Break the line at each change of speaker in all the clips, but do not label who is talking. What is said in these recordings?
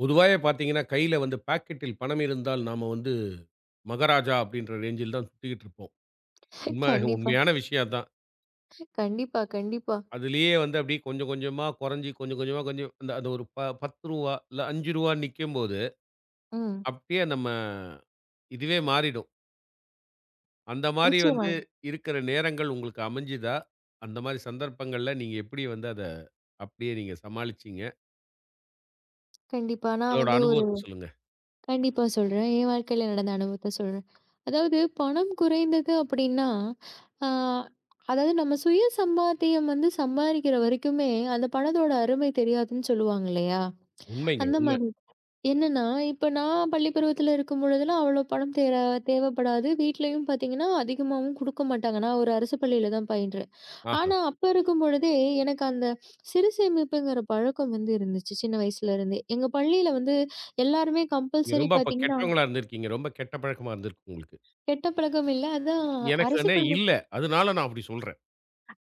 பொதுவாவே பார்த்தீங்கன்னா, கையில வந்து பாக்கெட்டில் பணம் இருந்தால் நாம வந்து மகாராஜா அப்படின்ற ரேஞ்சில் தான் சுத்திக்கிட்டு இருப்போம். உண்ம
கண்டிப்பா,
உண்மையான விஷயம் அதான்.
கண்டிப்பா, கண்டிப்பா.
அதிலேயே வந்து அப்படியே கொஞ்சம் கொஞ்சமா குறைஞ்சு கொஞ்சம் கொஞ்சமா கொஞ்சம் அந்த அந்த ஒரு ப ரூ. 10 இல்ல ரூ. 5 நிக்கும்போது,
ம்.
அப்படியே நம்ம இதுவே மாறிடும். அந்த மாரி
நிச்சயமா.
வந்து இருக்கிற நேரங்கள் உங்களுக்கு அமைஞ்சுதா? அந்த மாரி சந்தர்ப்பங்கள்ல நீங்க எப்படி வந்து அப்படியே நீங்க சமாளிச்சீங்க?
கண்டிப்பா. நான்
அதோட
வந்து ஒரு
அனுபவத்த சொல்லுங்க.
கண்டிப்பா சொல்றேன். என் வாழ்க்கையில நடந்த அனுபவத்த சொல்றேன். அதாவது பணம் குறைந்தது அப்படின்னா, ஆ அதாவது நம்ம சுய சம்பாத்தியம் வந்து சம்பாதிக்கிற வரைக்குமே, அந்த பணத்தோட அருமை தெரியாதுன்னு சொல்லுவாங்க இல்லையா?
உண்மைங்க
அந்த
உண்ம.
மாரி. என்னன்னா, இப்ப நான் பள்ளி பருவத்துல இருக்கும் பொழுதெல்லாம் அவ்வளோ பணம் தேவைப்படாது. வீட்லயும் பார்த்தீங்கன்னா, அதிகமாவும் குடுக்க மாட்டாங்க. நான் ஒரு அரசு பள்ளியில தான் பயின்றேன்.
ஆஹா.
ஆனா, அப்ப இருக்கும் பொழுதே, எனக்கு அந்த சிறு சேமிப்புங்கிற பழக்கம் வந்து இருந்துச்சு, சின்ன வயசுல இருந்தே. எங்க பள்ளியில வந்து எல்லாருமே
நீங்க
கம்பல்சரி
ரொம்ப அப்ப
பாத்தீங்கன்னா,
கெட்டவங்களா இருந்திருக்கீங்க. ரொம்ப கெட்ட பழக்கமா இருந்திருக்கு உங்களுக்கு.
கெட்ட பழக்கம் இல்ல. அதான் அரசு
எனக்குன்னு
பள்ளி
இல்ல. அதனால நான் அப்படி சொல்றேன்.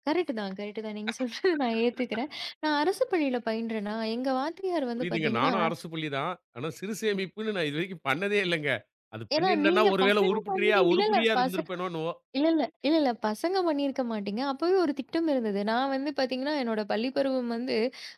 கரெக்ட் தான், கரெக்ட் தான். நீங்க சொல்றது நான் ஏத்துக்கிறேன். நான் அரசு பள்ளியில பயின்றேனா, எங்க வாத்தியார் வந்து
புரியுதுங்க.
பாத்தீங்கன்னா
நானும் அரசு பள்ளி தான். ஆனா சிறு சேமிப்புன்னு நான் இதுவரைக்கும் பண்ணதே இல்லங்க. அது
ஏன்னா
பண்ணியிருந்தேன்னா
நீங்க
ஒருவேளை
பசங்க
உருப்படியா
பள்ளிக்கு இல்ல, இல்ல
உருப்படியா
பச
இருந்திருப்பேனோ என்னவோ.
இல்ல, இல்ல. இல்ல, இல்ல. பசங்க பண்ணியிருக்க மாட்டீங்க. அப்பவே ஒரு திட்டம் இருந்தது. நான் வந்து பார்த்தீங்கன்னா, என்னோட பள்ளி பருவம் வந்து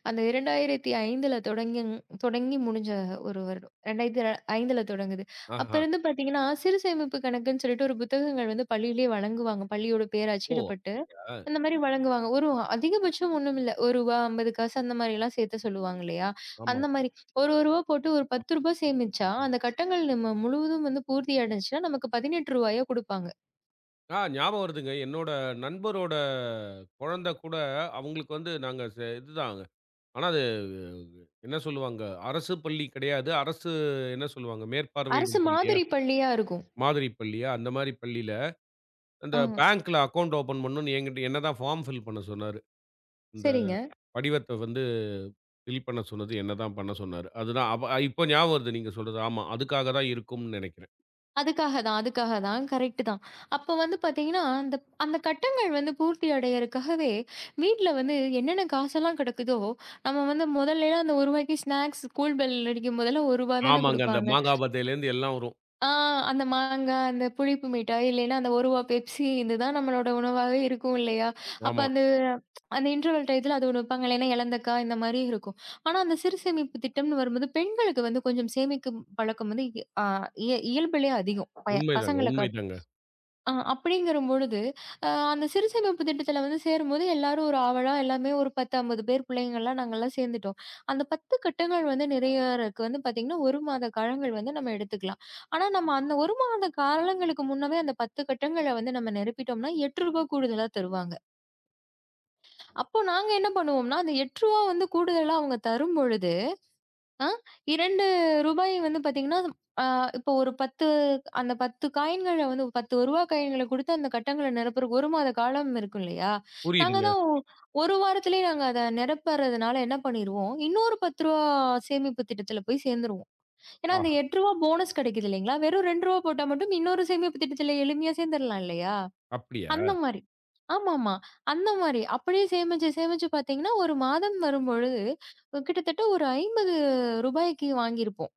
அந்த 2005ல தொடங்கி தொடங்கி முடிஞ்ச ஒரு வருடம். 2005ல தொடங்குது. அப்ப
ஆஹா.
இருந்து பார்த்தீங்கன்னா, சிறு சேமிப்பு கணக்குன்னு சொல்லிட்டு ஒரு புத்தகங்கள் வந்து பள்ளியிலேயே வழங்குவாங்க. பள்ளியோட பேர்
ஓ!
அச்சிடப்பட்டு,
அ
அந்த மாரி வழங்குவாங்க. ஒரு அதிகபட்சம் ஒண்ணும் இல்ல. ரூ. 50 அந்த மாரிலாம் சேர்த்து சொல்லுவாங்க இல்லையா?
ஆமா.
அந்த மாரி. ஒரு ரூ. 1 போட்டு ஒரு ரூ. 10 சேமிச்சா, அந்த கட்டங்கள் நம்ம முழுவதும் வந்து பூர்த்தி அடைஞ்சுச்சுன்னா, நமக்கு ரூ. 18 குடுப்பாங்க.
ஆ, ஞாபகம் வருதுங்க. என்னோட நண்பரோட குழந்தை கூட அவங்களுக்கு வந்து நாங்க ச இதுதான். ஆனா அது என்ன சொல்லுவாங்க? அரசு பள்ளி கிடையாது. என்ன சொல்லுவாங்க?
அரசு
மேற்பார்வையிடும் பள்ளியா?
மாதிரி பள்ளியா இருக்கும்.
மாதிரி பள்ளியா? அந்த மாரி பள்ளியில அந்த
ஆ,
பேங்க்ல அக்கவுண்ட் ஓப்பன் பண்ணணும்னு என்கிட்ட என்ன தான் ஃபார்ம் ஃபில் பண்ண சொன்னாரு.
சரிங்க.
படிவத்த வந்து ஃபில் பண்ண சொன்னது என்ன தான் பண்ண சொன்னாரு. அதுதான் அப்ப இப்ப ஞாபகம் வருது நீங்க சொல்றது. ஆமா. அதுக்காக தான் இருக்கும்னு நெனைக்கிறேன்.
அதுக்காக தான், அதுக்காக தான். கரெக்ட்டு தான். அப்ப வந்து பார்த்தீங்கன்னா, அந்த அந்த கட்டங்கள் வந்து பூர்த்தி அடையறக்காகவே, வீட்ல வந்து என்னென்ன காசெல்லாம் கெடக்குதோ, நம்ம வந்து முதல்லேலாம் அந்த ரூ. 1 ஸ்நாக்ஸ் ஸ்கூல் பெல் அடிக்கும் போதெல்லாம் ரூ. 1 தானே
ஆமாங்க. அந்த
குடுப்பாங்க.
மாங்கா பத்தையிலேருந்து எல்லாம் வரும்.
ஆ அந்த மாங்காய், அந்த புளிப்பு மிட்டாய், இல்லைன்னா அந்த ரூ. 1 பெப்சி இதுதான் நம்மளோட உணவாவே இருக்கும் இல்லையா? அப்ப
ஆமா.
அந்த அந்த இன்டர்வல் டயத்துல அது ஒண்ணு வைப்பாங்க. இல்லைன்னா எலந்தக்காய் இந்த மாரி இருக்கும். ஆனா, அந்த சிறுசேமிப்பு திட்டம்னு வரும்போது, பெண்களுக்கு வந்து கொஞ்சம் சேமிக்கும் பழக்கம் வந்து இ ஆ இய இயல்பிலே அதிகம்.
உண்மைதாங்க,
பசங்கள காட்டிலும்.
உண்மைதாங்க.
அப்படிங்கிறம்பொழுது, அ அந்த சிறுசேமிப்பு திட்டத்தில வந்து சேரும்போது எல்லாரும் ஒரு ஆவலா எல்லாமே ஒரு 10, 50 பேர் பிள்ளைங்கலாம் நாங்கலாம் சேர்ந்துட்டோம். அந்த 10 கட்டங்கள் வந்து நிறையறக்கு வந்து பார்த்தீங்கன்னா, 1 மாத காலங்கள் வந்து நம்ம எடுத்துக்கலாம். ஆனா நம்ம அந்த 1 மாத காலங்களுக்கு முன்னவே அந்த 10 கட்டங்கள வந்து நம்ம நிரப்பிட்டோம்னா, ரூ. 8 கூடுதலா தருவாங்க. அப்போ நாங்க என்ன பண்ணுவோம்னா, அந்த ரூ. 8 வந்து கூடுதலா அவங்க தரும்பொழுது, ஆ, ரூ. 2 வந்து பாத்தீங்கன்னா, ஆ இப்போ ஒரு 10 அந்த 10 காயின்கள வந்து ரூ. 10 காயின்கள குடுத்து அந்த கட்டங்கள நிரப்புறக்கு 1 மாத காலம் இருக்கும் இல்லையா? நாங்க
புரியுதுங்க.
தான் 1 வாரத்திலேயே நாங்க அத நிரப்புறதுனால என்ன பண்ணிருவோம், இன்னொரு ரூ. 10 சேமிப்பு திட்டத்துல போய் சேர்ந்துருவோம். ஏன்னா அந்த
ஆஹா!
ரூ. 8 போனஸ் கிடைக்குது இல்லைங்களா? வெறும் ரூ. 2 போட்டா மட்டும் இன்னொரு சேமிப்பு திட்டத்துல எளிமையா சேர்ந்துரலாம் இல்லையா?
அப்படியா?
அந்த மாரி. ஆமாமா. அந்த மாரி. அப்படியே சேமிச்சு, சேமிச்சு பார்த்தீங்கன்னா, ஒரு மாதம் வரும்பொழுது, கிட்டத்தட்ட ஒரு ரூ. 50க்கு வாங்கியிருப்போம்.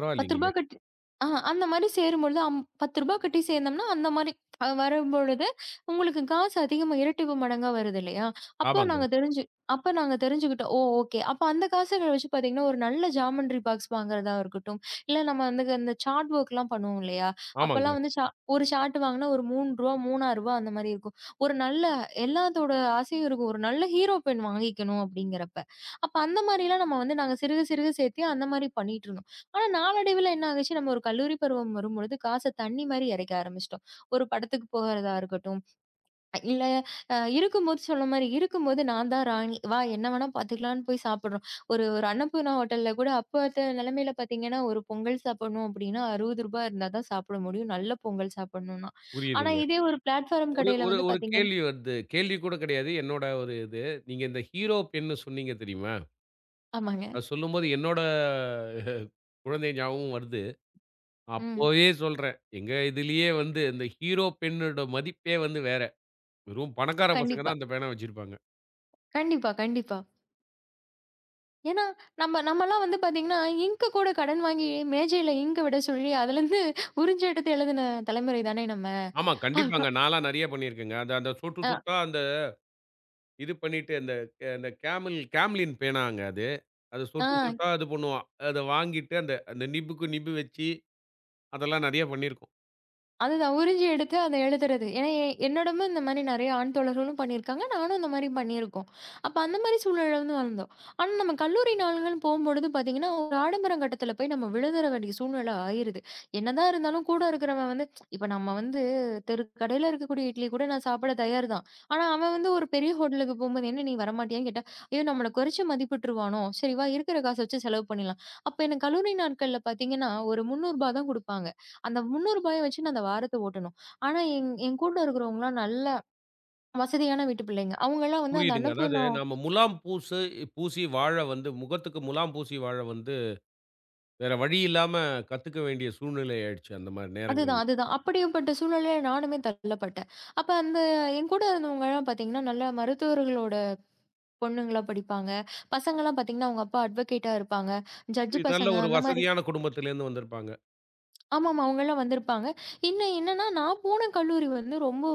ரூ. 10 கட்டி அந்த மாரி சேரும்பொழுது, ரூ. 10 கட்டி சேர்ந்தோம்னா, அந்த மாரி வரும்பொழுது, உங்களுக்கு காசு அதிகமா இரட்டிப்பு மடங்கா வருது இல்லையா? அப்போ
ஆமாங்க,
நாங்க தெரிஞ்சு அப்ப நாங்க தெரிஞ்சுக்கிட்டோம். ஓ! ஓகே. அப்ப அந்த காசுகள வச்சு பார்த்தீங்கன்னா, ஒரு நல்ல ஜாமெண்ட்ரி பாக்ஸ் வாங்குறதா இருக்கட்டும், இல்ல நம்ம வந்து அந்த சார்ட் வொர்க்லாம் பண்ணுவோம் இல்லையா?
ஆமாங்க.
அப்பலாம் வந்து ஒரு சார்ட் வாங்குனா ஒரு ரூ. 3, ரூ. 3,000 அந்த மாரி இருக்கும். ஒரு நல்ல எல்லாத்தோட ஆசையும் இருக்கும். ஒரு நல்ல ஹீரோ பென் வாங்கிக்கணும் அப்படிங்கிறப்ப. அப்ப அந்த மாரிலாம் நம்ம வந்து நாங்க சிறுக சிறுக சேர்த்து அந்த மாரி பண்ணிட்டு இருந்தோம். ஆனா நாளடைவுல என்ன ஆகுச்சு, நம்ம ஒரு கல்லூரி பருவம் வரும்பொழுது, காச தண்ணி மாரி இறைக்க ஆரம்பிச்சுட்டோம். ஒரு படத்துக்கு போகறதா இருக்கட்டும், இல்ல இருக்கும்போது சொன்ன மாரி, இருக்கும்போது நான் தான் ராணி, வா என்ன வேணா பாத்துக்கலான்னு போய் சாப்பிடுறோம். ஒரு ஒரு அன்னபூர்ணா ஹோட்டல்ல கூட அப்பத்த நிலைமையில பாத்தீங்கன்னா, ஒரு பொங்கல் சாப்பிடணும் அப்டின்னா ரூ. 60 இருந்தா தான் சாப்பிட முடியும். நல்ல பொங்கல் சாப்பிடணும்னா. ஆனா
புரியுதுங்க.
இதே ஒரு பிளாட்ஃபார்ம்
ஒரு
கடையில
ஒரு
வந்து
ஒரு
பாத்தீங்கன்னா
கேள்வி வருது. கேள்வி கூட கிடையாது. என்னோட ஒரு இது. நீங்க இந்த ஹீரோ பென்னு சொன்னீங்க தெரியுமா?
ஆமாங்க.
அது சொல்லும்போது என்னோட குழந்தை ஞாபகம் வருது.
ம்.
அப்போவே சொல்றேன். எங்க இதுலயே வந்து இந்த ஹீரோ பென்னோட மதிப்பே வந்து வேற. வெறும் பணக்கார பசங்க
கண்டிப்பா,
தான் அந்த பேனா வச்சிருப்பாங்க.
கண்டிப்பா, கண்டிப்பா. ஏன்னா, நம்ம நம்மலாம் வந்து பார்த்தீங்கன்னா, இங்க் கூட கடன் வாங்கி மேஜையில இங்க் விட சொல்லி, அதுலருந்து உறிஞ்சு எடுத்து எழுதின தலைமுறை தானே நம்ம.
ஆமா, கண்டிப்பாங்க. நான்லாம் நெறைய பண்ணியிருக்கேங்க. அந்த அந்த சொட்டு
அ,
சொட்டா அந்த இது பண்ணிட்டு அந்த அந்த கேமல் கேம்லின் பேனாங்க அது. அது
ஆ.
சொட்டு சொட்டா இது பண்ணுவான். அத வாங்கிட்டு அந்த அந்த நிப்புக்கு நிப்பு வச்சு, அதெல்லாம் நெறைய பண்ணியிருக்கோம்.
அதுதான். உறிஞ்சு எடுத்து அத எழுதுறது. ஏன்னா என்னோடமே இந்த மாரி நெறைய ஆண் தோழர்களும் பண்ணியிருக்காங்க. நானும் இந்த மாரி பண்ணியிருக்கோம். அப்ப அந்த மாரி சூழல்ல வந்து வளர்ந்தோம். ஆனா நம்ம கல்லூரி நாள்கள்னு போம்பொழுது பார்த்தீங்கன்னா, ஒரு ஆடம்பரம் கட்டத்துல போய் நம்ம விழுந்துற வேண்டிய சூழ்நிலை ஆயிருது. என்னதான் இருந்தாலும் கூட இருக்கிறவன் வந்து இப்ப நம்ம வந்து தெரு கடையில இருக்கக்கூடிய இட்லி கூட நான் சாப்பிட தயார் தான். ஆனா அவன் வந்து ஒரு பெரிய ஹோட்டலுக்கு போம்போது, "என்ன நீ வரமாட்டியான்னு?" கேட்டா, "ஐயோ! நம்மள குறைச்சு மதிப்பிட்டுருவானோ! சரி வா இருக்கிற காச வச்சு செலவு பண்ணிடலாம்." அப்ப எனக்கு கல்லூரி நாட்கள்ல பார்த்தீங்கன்னா, ஒரு ரூ. 300 தான் குடுப்பாங்க. அந்த ரூ. 300 வச்சு நான் அந்த வாரத்த ஓட்டணும். ஆனா என் என் கூட இருக்கிறவங்கலாம் நல்ல வசதியான வீட்டு பிள்ளைங்க. அவங்கலாம் வந்து அந்த
புரியுதுங்க. அதாவது
அன்னபூர்ணா
நம்ம முலாம் பூசு பூசி வாழ வந்து முகத்துக்கு முலாம் பூசி வாழ வந்து, வேற வழி இல்லாம கத்துக்க வேண்டிய சூழ்நிலை ஆயிடுச்சு அந்த மாரி
அதுதான்,
நேரங்கள்ல.
அதுதான். அப்படிப்பட்ட சூழ்நிலையில நானுமே தள்ளப்பட்டேன். அப்ப அந்த என் கூட இருந்தவங்கலாம் பார்த்தீங்கன்னா, நல்ல மருத்துவர்களோட பொண்ணுங்களா படிப்பாங்க. பசங்கலாம் பார்த்தீங்கன்னா, அவங்க அப்பா அட்வொகேட்டா இருப்பாங்க. ஜட்ஜ்
புரியுது. நல்ல
பசங்க
ஒரு
அந்த மாரி
வசதியான குடும்பத்திலேருந்து வந்திருப்பாங்க.
ஆமாமா அவங்கலாம் வந்திருப்பாங்க. இன்னும் என்னன்னா, நான் போன கல்லூரி வந்து ரொம்ப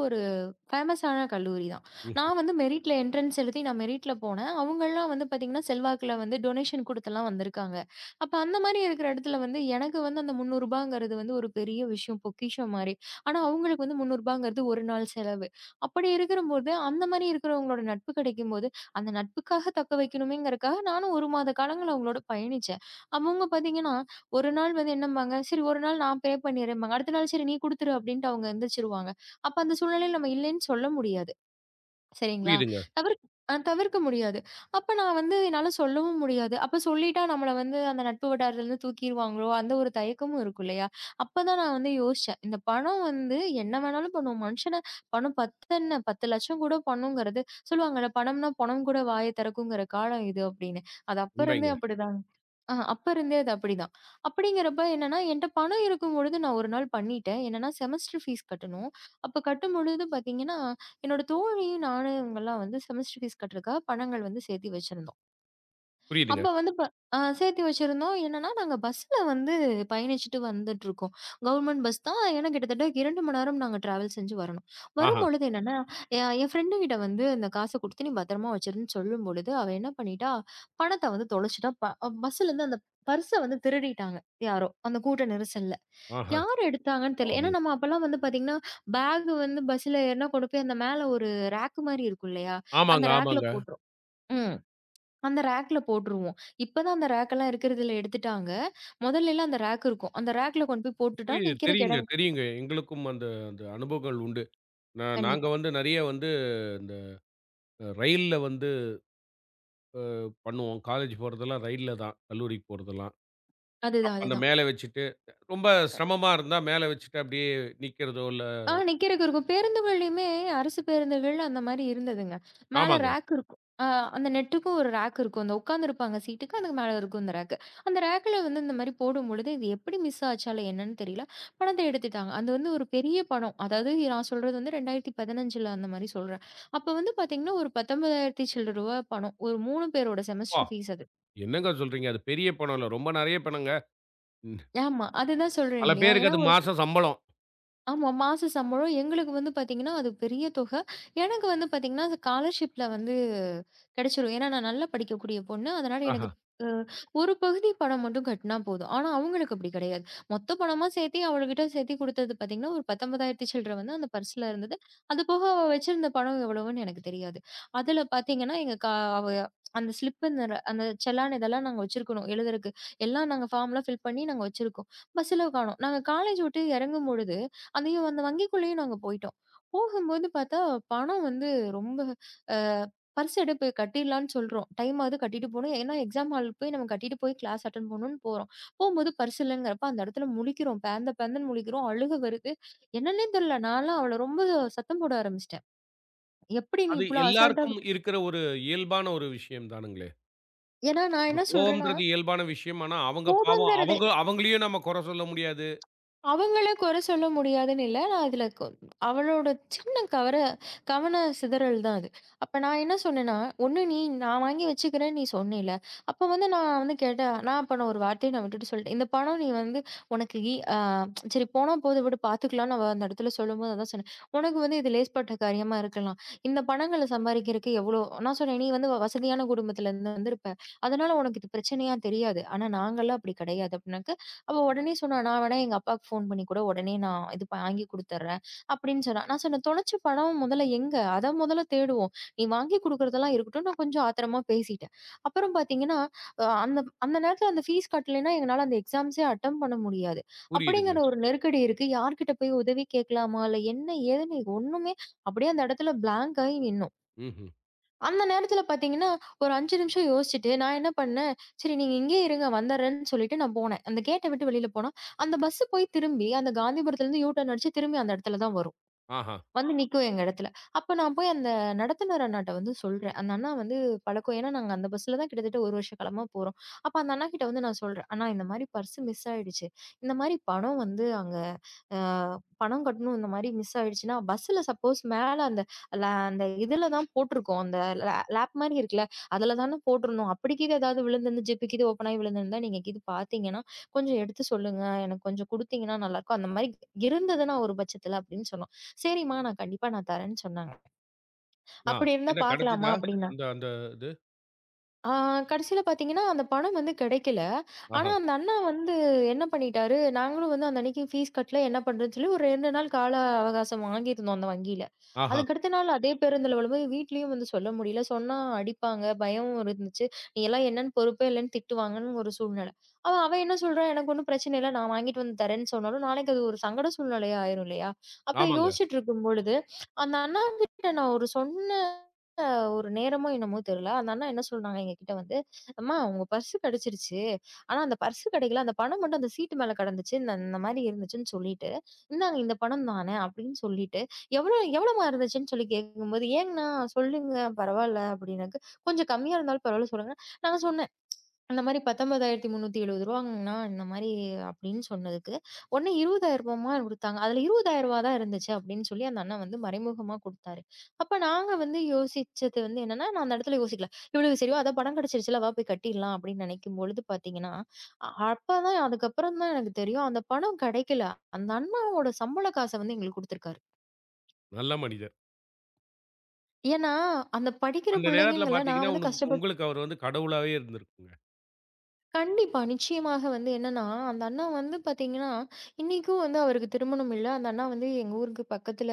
ஃபேமஸான கல்லூரி தான்.
ம்.
நான் வந்து மெரிட்ல என்ட்ரன்ஸ் எழுதி நான் மெரிட்ல போனேன். அவங்கலாம் வந்து பார்த்தீங்கன்னா, செல்வாக்குல வந்து டொனேஷன் குடுத்துலாம் வந்திருக்காங்க. அப்ப அந்த மாரி இருக்கிற இடத்துல வந்து எனக்கு வந்து அந்த ரூ. 300ங்கிறது வந்து ஒரு பெரிய விஷயம், பொக்கிஷம் மாரி. ஆனா, அவங்களுக்கு வந்து ரூ. 300ங்கிறது ஒரு நாள் செலவு. அப்படி இருக்கிறபோது, அந்த மாரி இருக்கிறவங்களோட நட்பு கிடைக்கும்போது, அந்த நட்புக்காக தக்க வைக்கணுமேங்கிறதுக்காக நானும் 1 மாத காலங்கள் அவங்களோட பயணிச்சேன். அவங்க பார்த்தீங்கன்னா, ஒரு நாள் வந்து என்னம்பாங்க, "சரி ஒரு நாள் நான் பே பண்ணிறேன்பாங்க." அடுத்த நாள் "சரி நீ குடுத்துரு" அப்படின்ட்டு அவங்க எந்திரிச்சுருவாங்க. அப்ப அந்த சூழ்நிலையில நம்ம இல்லைன்னு சொல்ல முடியாது. சரிங்களா?
புரியுதுங்க.
தவிர்க் தவிர்க்க முடியாது. அப்ப நான் வந்து என்னால சொல்லவும் முடியாது. அப்ப சொல்லிட்டா நம்மள வந்து அந்த நட்பு வட்டாரத்துலருந்து தூக்கிருவாங்களோ! அந்த ஒரு தயக்கமும் இருக்கும் இல்லயா! அப்பதான் நான் வந்து யோசிச்சேன். இந்த பணம் வந்து என்ன வேணாலும் பண்ணும். மனுஷன பணம் 10 என்ன 10,00,000 கூட பண்ணுங்கிறது சொல்லுவாங்கல்ல, "பணம்னா பொணம் கூட வாய திறக்குங்கிற காலம் இது" அப்பிடின்னு. அது அப்ப இருந்தே
உண்மைங்க.
அப்பிடிதாங்க. அப்ப இருந்தே அது அப்படிதான். அப்படிங்கிறப்ப என்னன்னா, என்ட்ட பணம் இருக்கும்பொழுது நான் ஒரு நாள் பண்ணிட்டேன். என்னன்னா, செமஸ்டர் ஃபீஸ் கட்டணும். அப்ப கட்டும்பொழுது பார்த்தீங்கன்னா, என்னோட தோழியும் நானும் இவங்கலாம் வந்து செமஸ்டர் ஃபீஸ் கட்டுறதுக்காக பணங்கள் வந்து சேர்த்தி வச்சிருந்தோம். அப்ப
புரியுதுங்க.
வந்து ப அ சேர்த்து வச்சிருந்தோம். என்னன்னா, நாங்க பஸ்ல வந்து பயணிச்சுட்டு வந்துட்டுருக்கோம். கவர்மெண்ட் பஸ் தான். ஏன்னா கிட்டத்தட்ட 2 மணி நேரம் நாங்க டிராவல் செஞ்சு வரணும்.
ஆஹா,
வரும்பொழுது என்னன்னா, என் ஃப்ரெண்டு கிட்ட வந்து இந்த காச குடுத்து நீ பத்திரமா வச்சிருன்னு சொல்லும்பொழுது, அவ என்ன பண்ணிட்டா, பணத்த வந்து தொலைச்சுட்டா. பஸ்ஸுலருந்து அந்த பர்ஸ வந்து திருடிட்டாங்க யாரோ! அந்த கூட்ட நெரிசல்ல.
ஆஹா.
யார் எடுத்தாங்கன்னு தெரியல. ஏன்னா,
பாவமே!
நம்ம அப்பலாம் வந்து பார்த்தீங்கன்னா, பேக் வந்து பஸ்ல ஏறுனா கொண்டு போய் அந்த மேல ஒரு ரேக் மாரி இருக்கும் இல்லையா? அந்த
ஆமாங்க,
ரேக்ல
ஆமாங்க.
போட்டுரும். ம். அந்த ரேக்ல போட்டுருவோம். இப்பதான் அந்த ரேக்கெல்லாம் இருக்கிறதுல எடுத்துட்டாங்க. முதல்லலாம் அந்த ரேக் இருக்கும். அந்த ரேக்ல கொண்டு போய் போட்டுட்டா
புரியுது.
நிக்கிறக்கு
தெரியுங்க,
இடம்
தெரியுங்க. எங்களுக்கும் அந்த அந்த அனுபவங்கள் உண்டு. நாங்க
கண்டிப்பா.
வந்து நெறைய வந்து இந்த ரயில்ல வந்து பண்ணுவோம். காலேஜ் போறதெல்லாம் ரயில்ல தான். கல்லூரிக்கு போறதெல்லாம்.
அதுதான்,
அப்ப அந்த
அதுதான்.
மேல வச்சுட்டு, ரொம்ப சிரமமா இருந்தா மேல வச்சுட்டு அப்படியே நிக்கிறதோ இல்ல
நிக்கிறக்கு இருக்கும். பேருந்துகள்லயுமே அரசு பேருந்துகள் அந்த மாரி இருந்ததுங்க. மேல
ஆமாங்க.
ரேக் இருக்கும். அந்த நெட்டுக்கும் ஒரு ரேக் இருக்கும். அந்த உட்காந்துருப்பாங்க சீட்டுக்கு அதுக்கு மேல இருக்கும் அந்த ரேக்கு. அந்த ரேக்ல வந்து இந்த மாரி போடும்பொழுது, இது எப்படி மிஸ் ஆச்சா இல்ல என்னன்னு தெரியல. பணத்த எடுத்துட்டாங்க. அது வந்து ஒரு பெரிய படம். அதாவது நான் சொல்றது வந்து 2015ல அந்த மாரி சொல்றேன். அப்ப வந்து பார்த்தீங்கன்னா, ஒரு 19,000 சில்லற ரூவா பணம். ஒரு 3 பேரோட
அப்பா!
செமஸ்டர் ஃபீஸ் அது.
என்னங்க சொல்றீங்க? அது பெரிய பணம் இல்ல. ரொம்ப நெறைய பணங்க.
ஆமா. அதுதான் சொல்றேன்
பல
இல்லையா?
பேருக்கு
ஏன்னா
அது மாசம் சம்பளம்.
ஆமா. மாச சம்பளம். எங்களுக்கு வந்து பார்த்தீங்கன்னா, அது பெரிய தொகை. எனக்கு வந்து பார்த்தீங்கன்னா, ஸ்காலர்ஷிப்ல வந்து கிடைச்சிரும். ஏன்னா, நான் நல்லா படிக்கக்கூடிய பொண்ணு. அதனால
ஆஹா.
எனக்கு அ ஒரு பகுதி பணம் மட்டும் கட்டினா போதும். ஆனா, அவங்களுக்கு அப்படி கிடையாது. மொத்த பணமா சேர்த்தி அவளுகிட்ட சேர்த்தி குடுத்தது பார்த்தீங்கன்னா, ஒரு 19,000 சில்ற வந்து அந்த பர்ஸ்ல இருந்தது. அது போக அவ வச்சிருந்த பணம் எவ்வளவுன்னு எனக்கு தெரியாது. அதுல பார்த்தீங்கன்னா, எங்க அவ அந்த ஸ்லிப் நிற அந்த செலான் இதெல்லாம் நாங்க வச்சிருக்கணும் எழுதுறக்கு. எல்லாம் நாங்க ஃபார்ம்லாம் ஃபில் பண்ணி நாங்க வச்சிருக்கோம். பஸ்ல காணோம். நாங்க காலேஜ் விட்டு இறங்கும்பொழுது அதையும் அந்த வங்கிக்குள்ளேயும் நாங்க போயிட்டோம். போகும்போது பார்த்தா, பணம் வந்து ரொம்ப அ பர்ஸ் எடுப்பு கட்டிடலான்னு சொல்றோம். டைமாவது கட்டிட்டு போணும். ஏன்னா எக்ஸாம் ஹாலுக்கு போய் நம்ம கட்டிட்டு போய் கிளாஸ் அட்டெண்ட் பண்ணணும்னு போறோம். போம்போது பர்ஸ் இல்லங்கிறப்ப அந்த இடத்துல முழிக்கிறோம். பேந்த பேந்தன்னு முழிக்கிறோம். அழுக வருது. என்னன்னே தெரியல. நான்லாம் அவள ரொம்ப சத்தம் போட ஆரம்பிச்சுட்டேன். எப்படி நீ
அது
இவ்ளோ அசால்ட்டா
எல்லாருக்கும்
விட்
இருக்கிற ஒரு இயல்பான ஒரு விஷயம் தானுங்களே.
ஏன்னா நான்
இந்த
என்ன சொல்றேன்னா,
கோவம்ன்றது இயல்பான விஷயம். ஆனா அவங்க பாவம்
கோபங்கிறது
அவங்களையும் நம்ம குறை சொல்ல முடியாது.
அவங்கள குறை சொல்ல முடியாதுன்னு இல்ல. நான் இதுல அவளோட சின்ன கவன சிதறல் தான் அது. அப்ப நான் என்ன சொன்னேன்னா, "ஒண்ணு நீ நான் வாங்கி வச்சுக்கிறேன்னு நீ சொன்னேல்ல. அப்ப வந்து நான் வந்து கேட்டேன். நான் அப்ப நான் ஒரு வார்த்தைய நான் விட்டுட்டு சொல்லிட்டேன். இந்த பணம் நீ வந்து உனக்கு இ அ சரி போனா போது விடு பார்த்துக்கலாம்ன்னு" அவ அந்த இடத்துல சொல்லும்போது அதான் சொன்னேன். "உனக்கு வந்து இது லேஸ்பட்ட காரியமா இருக்கலாம். இந்த பணங்கள சம்பாரிக்கிறதுக்கு எவ்வளோ" நான் சொன்னேன், "நீ வந்து வசதியான குடும்பத்திலருந்து வந்திருப்ப. அதனால உனக்கு இது பிரச்சனையா தெரியாது. ஆனா நாங்கலாம் அப்படி கிடையாது" அப்படின்னாக்க, அவ உடனே சொன்னா, "நான் வேணா எங்க அப்பாவுக்கு ஃபோன் பண்ணி கூட உடனே நான் இது வாங்கி குடுத்துர்றேன்" அப்படின்னு சொன்னா. நான் சொன்னேன், "தொலைச்ச பணம் முதல்ல எங்க? அத முதல்ல தேடுவோம். நீ வாங்கி குடுக்குறதெல்லாம் இருக்கட்டும்." நான் கொஞ்சம் ஆத்திரமா பேசிட்டேன். அப்புறம் பார்த்தீங்கன்னா, அந்த அந்த நேரத்துல அந்த ஃபீஸ் கட்டலைன்னா எங்கனால அந்த எக்ஸாம்ஸே அட்டெம்ப்ட் பண்ண முடியாது.
புரியுதுங்க.
அப்படிங்கிற ஒரு நெருக்கடி இருக்கு. யார்கிட்ட போய் உதவி கேட்கலாமா? இல்ல என்ன ஏதுன்னு ஒண்ணுமே அப்படியே அந்த இடத்துல பிளாங்க் ஆயி நின்னோம்.
ம்ஹ்ம்.
அந்த நேரத்துல பாத்தீங்கன்னா, ஒரு 5 நிமிஷம் யோசிச்சுட்டு நான் என்ன பண்ணேன், சரி நீங்க இங்கேயே இருங்க வந்துர்றேன்னு சொல்லிட்டு நான் போனேன். அந்த கேட்ட விட்டு வெளில போனா, அந்த பஸ் போய் திரும்பி அந்த காந்திபுரத்துலருந்து யூ டர்ன் அடிச்சு திரும்பி அந்த இடத்துல தான் வரும்.
ஆஹா.
வந்து நிக்கும் எங்க இடத்துல. அப்ப நான் போய் அந்த நடத்துனர் அண்ணாட்ட வந்து சொல்றேன். அந்த அண்ணா வந்து பழக்கம். ஏன்னா நாங்க அந்த பஸ்ல தான் கிட்டத்தட்ட 1 வருஷ காலமா போறோம். அப்ப அந்த அண்ணாகிட்ட வந்து நான் சொல்றேன், "அண்ணா இந்த மாரி பர்ஸ் மிஸ் ஆயிடுச்சு. இந்த மாரி பணம் வந்து அங்க அ பணம் கட்டணும் இந்த மாரி மிஸ் ஆயிடுச்சுன்னா, பஸ்ஸுல சப்போஸ் மேல அந்த ல அந்த இதுல தான் போட்டுருக்கும். அந்த ல லேப் மாரி இருக்குல்ல, அதுல தானே போட்டுருந்தோம். அப்படிக்கீது ஏதாவது விழுந்திருந்து ஜிப்பு கீது ஓப்பன் ஆகி விழுந்திருந்தா நீங்க கீது பார்த்தீங்கன்னா, கொஞ்சம் எடுத்து சொல்லுங்க. எனக்கு கொஞ்சம் குடுத்தீங்கன்னா நல்லாருக்கும். அந்த மாரி இருந்ததுன்னா ஒரு பட்சத்துல அப்படின்னு சொன்னோம். சரிம்மா நான் கண்டிப்பா நான் தரேன்னு சொன்னாங்க.
ஆ,
அப்படி இருந்தா
என்ன
பார்க்கலாமா
கிடைச்சதா?
அப்படின்னா.
அந்த அந்த இது?
ஆ கடைசியில பார்த்தீங்கன்னா, அந்த பணம் வந்து கிடைக்கல. ஆனா,
ஆஹா,
அந்த அண்ணா வந்து என்ன பண்ணிட்டாரு, நாங்களும் வந்து அந்த அன்னைக்கு ஃபீஸ் கட்டல, என்ன பண்றதுன்னு சொல்லி ஒரு 2 நாள் கால அவகாசம் வாங்கியிருந்தோம் அந்த வங்கியில.
ஆஹா.
அதுக்கு அடுத்த நாள் அதே பேருந்துல விழும்போது வீட்லயும் வந்து சொல்ல முடியல. சொன்னா அடிப்பாங்க, பயமும் இருந்துச்சு. "நீ எல்லாம் என்னன்னு பொறுப்பே இல்லன்னு திட்டுவாங்கன்னு" ஒரு சூழ்நிலை. அவ அவ என்ன சொல்றா, "எனக்கு ஒண்ணும் பிரச்சனை இல்ல. நான் வாங்கிட்டு வந்து தரேன்னு" சொன்னாலும், நாளைக்கு அது ஒரு சங்கட சூழ்நிலையா ஆயிரும் இல்லையா? அப்ப
ஆமாங்க.
யோசிச்சுட்டு இருக்கும்பொழுது, அந்த அண்ணாகிட்ட நான் ஒரு சொன்ன ஒரு நேரமோ என்னமோ தெரியல. அந்த அண்ணா என்ன சொல்றாங்க எங்ககிட்ட வந்து, "அம்மா உங்க பர்ஸ் கிடைச்சிருச்சு. ஆனா அந்த பர்ஸ் கிடைக்கல. அந்த பணம் மட்டும் அந்த சீட்டு மேல கிடந்துச்சு. இந்த இந்த மாரி இருந்துச்சுன்னு சொல்லிட்டு, "இந்தாங்க இந்த பணம் தானே" அப்படின்னு சொல்லிட்டு, "எவ்வளோ எவ்வளோம்மா இருந்துச்சுன்னு?" சொல்லி கேட்கும்போது, "ஏங்கண்ணா சொல்லுங்க பரவால்ல" அப்படின்னாக்க, "கொஞ்சம் கம்மியா இருந்தாலும் பரவால்ல சொல்லுங்க." நாங்க சொன்னேன் அந்த மாரி ரூ. 19,370ன்னா இந்த மாரி அப்படின்னு சொன்னதுக்கு, உடனே ரூ. 20,000 குடுத்தாங்க. அதுல ரூ. 20,000 தான் இருந்துச்சு அப்படின்னு சொல்லி அந்த அண்ணன் வந்து மறைமுகமா குடுத்தாரு. அப்ப நாங்க வந்து யோசிச்சது வந்து என்னன்னா, நான் அந்த இடத்துல யோசிக்கல. இவ்வளவு சரி அதான் படம் கிடைச்சிருச்சுல வா போய் கட்டிடலாம் அப்படின்னு நினைக்கும் பொழுது பார்த்தீங்கன்னா, அப்பதான் அதுக்கப்புறம் தான் எனக்கு தெரியும் அந்த பணம் கிடைக்கல. அந்த அண்ணாவோட சம்பள காச வந்து எங்களுக்கு குடுத்துருக்காரு.
நல்ல மனிதர்.
ஏன்னா, அந்த படிக்கிற
அந்த நேரத்துல
பிள்ளைங்கங்கள நான்
பார்த்தீங்கன்னா,
வந்து கஷ்டப்பட்டு
உங்களுக்கு அவரு வந்து கடவுளாவே இருந்திருக்குங்க.
கண்டிப்பா. நிச்சயமாக வந்து என்னன்னா, அந்த அண்ணா வந்து பாத்தீங்கன்னா, இன்னைக்கும் வந்து அவருக்கு திருமணம் இல்ல. அந்த அண்ணா வந்து எங்க ஊருக்கு பக்கத்துல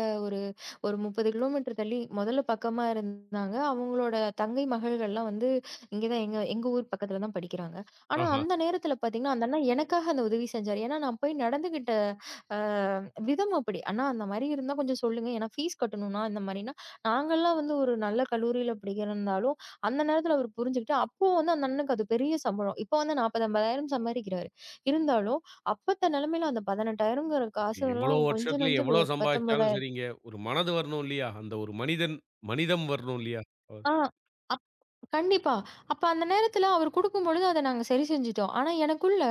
ஒரு 30 கிலோமீட்டர் தள்ளி முதல்ல பக்கமா இருந்தாங்க. அவங்களோட தங்கை மகள்கள்லாம் வந்து இங்க தான் எங்க எங்க ஊர் பக்கத்துல தான் படிக்கிறாங்க. ஆனா,
ஆஹா.
அந்த நேரத்துல பார்த்தீங்கன்னா, அந்த அண்ணா எனக்காக அந்த உதவி செஞ்சாரு. ஏன்னா, நான் போய் நடந்துகிட்ட அ விதம் அப்படி. "அண்ணா அந்த மாரி இருந்தா கொஞ்சம் சொல்லுங்க. ஏன்னா ஃபீஸ் கட்டணும்ண்ணா." இந்த மாரின்னா, நாங்கலாம் வந்து ஒரு நல்ல கல்லூரியில படிக்கிறனாலும், அந்த நேரத்துல அவரு புரிஞ்சுகிட்டு, அப்போ வந்து அந்த அண்ணனுக்கு அது பெரிய சம்பளம். இப்போ வந்து 40, 50,000 சம்பாதிக்கிறாரு. இருந்தாலும், அப்பத்த நிலைமையில அந்த 18,000ங்கிற
எவ்வளோ
காசுலாம் கொஞ்சம்
வருஷத்துல
நஞ்சம்
எவ்வளோ
கிடையாது.
சம்பாதிச்சாலும்
19,000
சரிங்க. ஒரு மனது வரணும் இல்லையா? அந்த ஒரு மனிதன் மனிதம் வரணும் இல்லையா? அவர்
ஆ. கண்டிப்பா. அப்ப அந்த நேரத்துல அவரு குடுக்கும்பொழுது அத நாங்க சரி செஞ்சுட்டோம். ஆனா எனக்குள்ள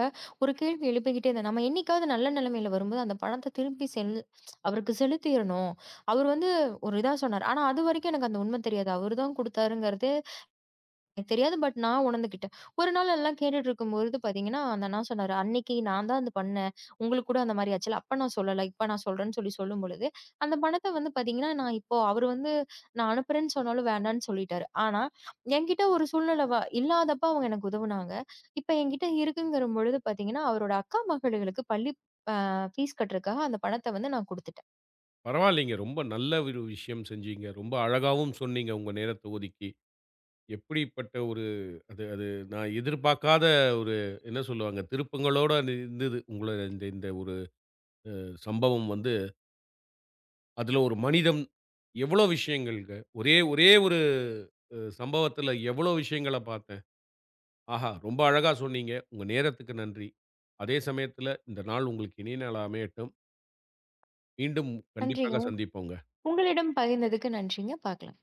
ஒரு கேள்வி எழுப்பிக்கிட்டே இருந்தது. நம்ம என்னைக்காவது நல்ல நிலைமையில வரும்போது அந்த பணத்த திருப்பி அவருக்கு செலுத்திரணும். அவரு வந்து ஒரு இதா சொன்னாரு. ஆனா அதுவரைக்கும் எனக்கு அந்த உண்மை தெரியாது. அவரு தான் குடுத்தாருங்கிறதே எனக்கு தெரியாது. பட் நான் உணர்ந்துக்கிட்டேன். ஒரு நாள் எல்லாம் கேட்டுட்டு இருக்கும்பொழுது பார்த்தீங்கன்னா, அந்த அண்ணா சொன்னாரு, "அன்னைக்கு நான் தான் அது பண்ணேன். உங்களுக்கு கூட அந்த மாரி ஆச்சுல்ல. அப்ப நான் சொல்லல. இப்ப நான் சொல்றேன்னு" சொல்லி சொல்லும்பொழுது, அந்த பணத்த வந்து பார்த்தீங்கன்னா, நான் இப்போ அவரு வந்து நான் அனுப்புறேன்னு சொன்னாலும் வேண்டான்னு சொல்லிட்டாரு. ஆனா, என்கிட்ட ஒரு சூழ்நிலை இல்லாதப்ப அவங்க எனக்கு உதவுனாங்க. இப்ப என்கிட்ட இருக்குங்கிற பொழுது பார்த்தீங்கன்னா, அவரோட அக்கா மகளுகளுக்கு பள்ளி அ ஃபீஸ் கட்டுறதுக்காக அந்த பணத்த வந்து நான் குடுத்துட்டேன்.
பரவாயில்லைங்க. ரொம்ப நல்ல ஒரு விஷயம் செஞ்சீங்க. ரொம்ப அழகாவும் சொன்னீங்க உங்க நேரத்த ஒதுக்கி. எப்படிப்பட்ட ஒரு அது அது நான் எதிர்பார்க்காத ஒரு என்ன சொல்லுவாங்க, திருப்பங்களோட அது இருந்தது. உங்களோட இந்த இந்த ஒரு சம்பவம் வந்து. அதுல ஒரு மனிதம் எவ்வளோ விஷயங்கள்ங்க. ஒரே ஒரே ஒரு சம்பவத்துல எவ்வளோ விஷயங்கள பார்த்தேன். ஆஹா! ரொம்ப அழகா சொன்னீங்க. உங்க நேரத்துக்கு நன்றி. அதே சமயத்துல இந்த நாள் உங்களுக்கு இனிய நாளா அமையட்டும். மீண்டும்
நன்றிங்க.
கண்டிப்பாக சந்திப்போம்.
உங்களிடம் பகிர்ந்ததுக்கு நன்றிங்க. பாக்கலாம்.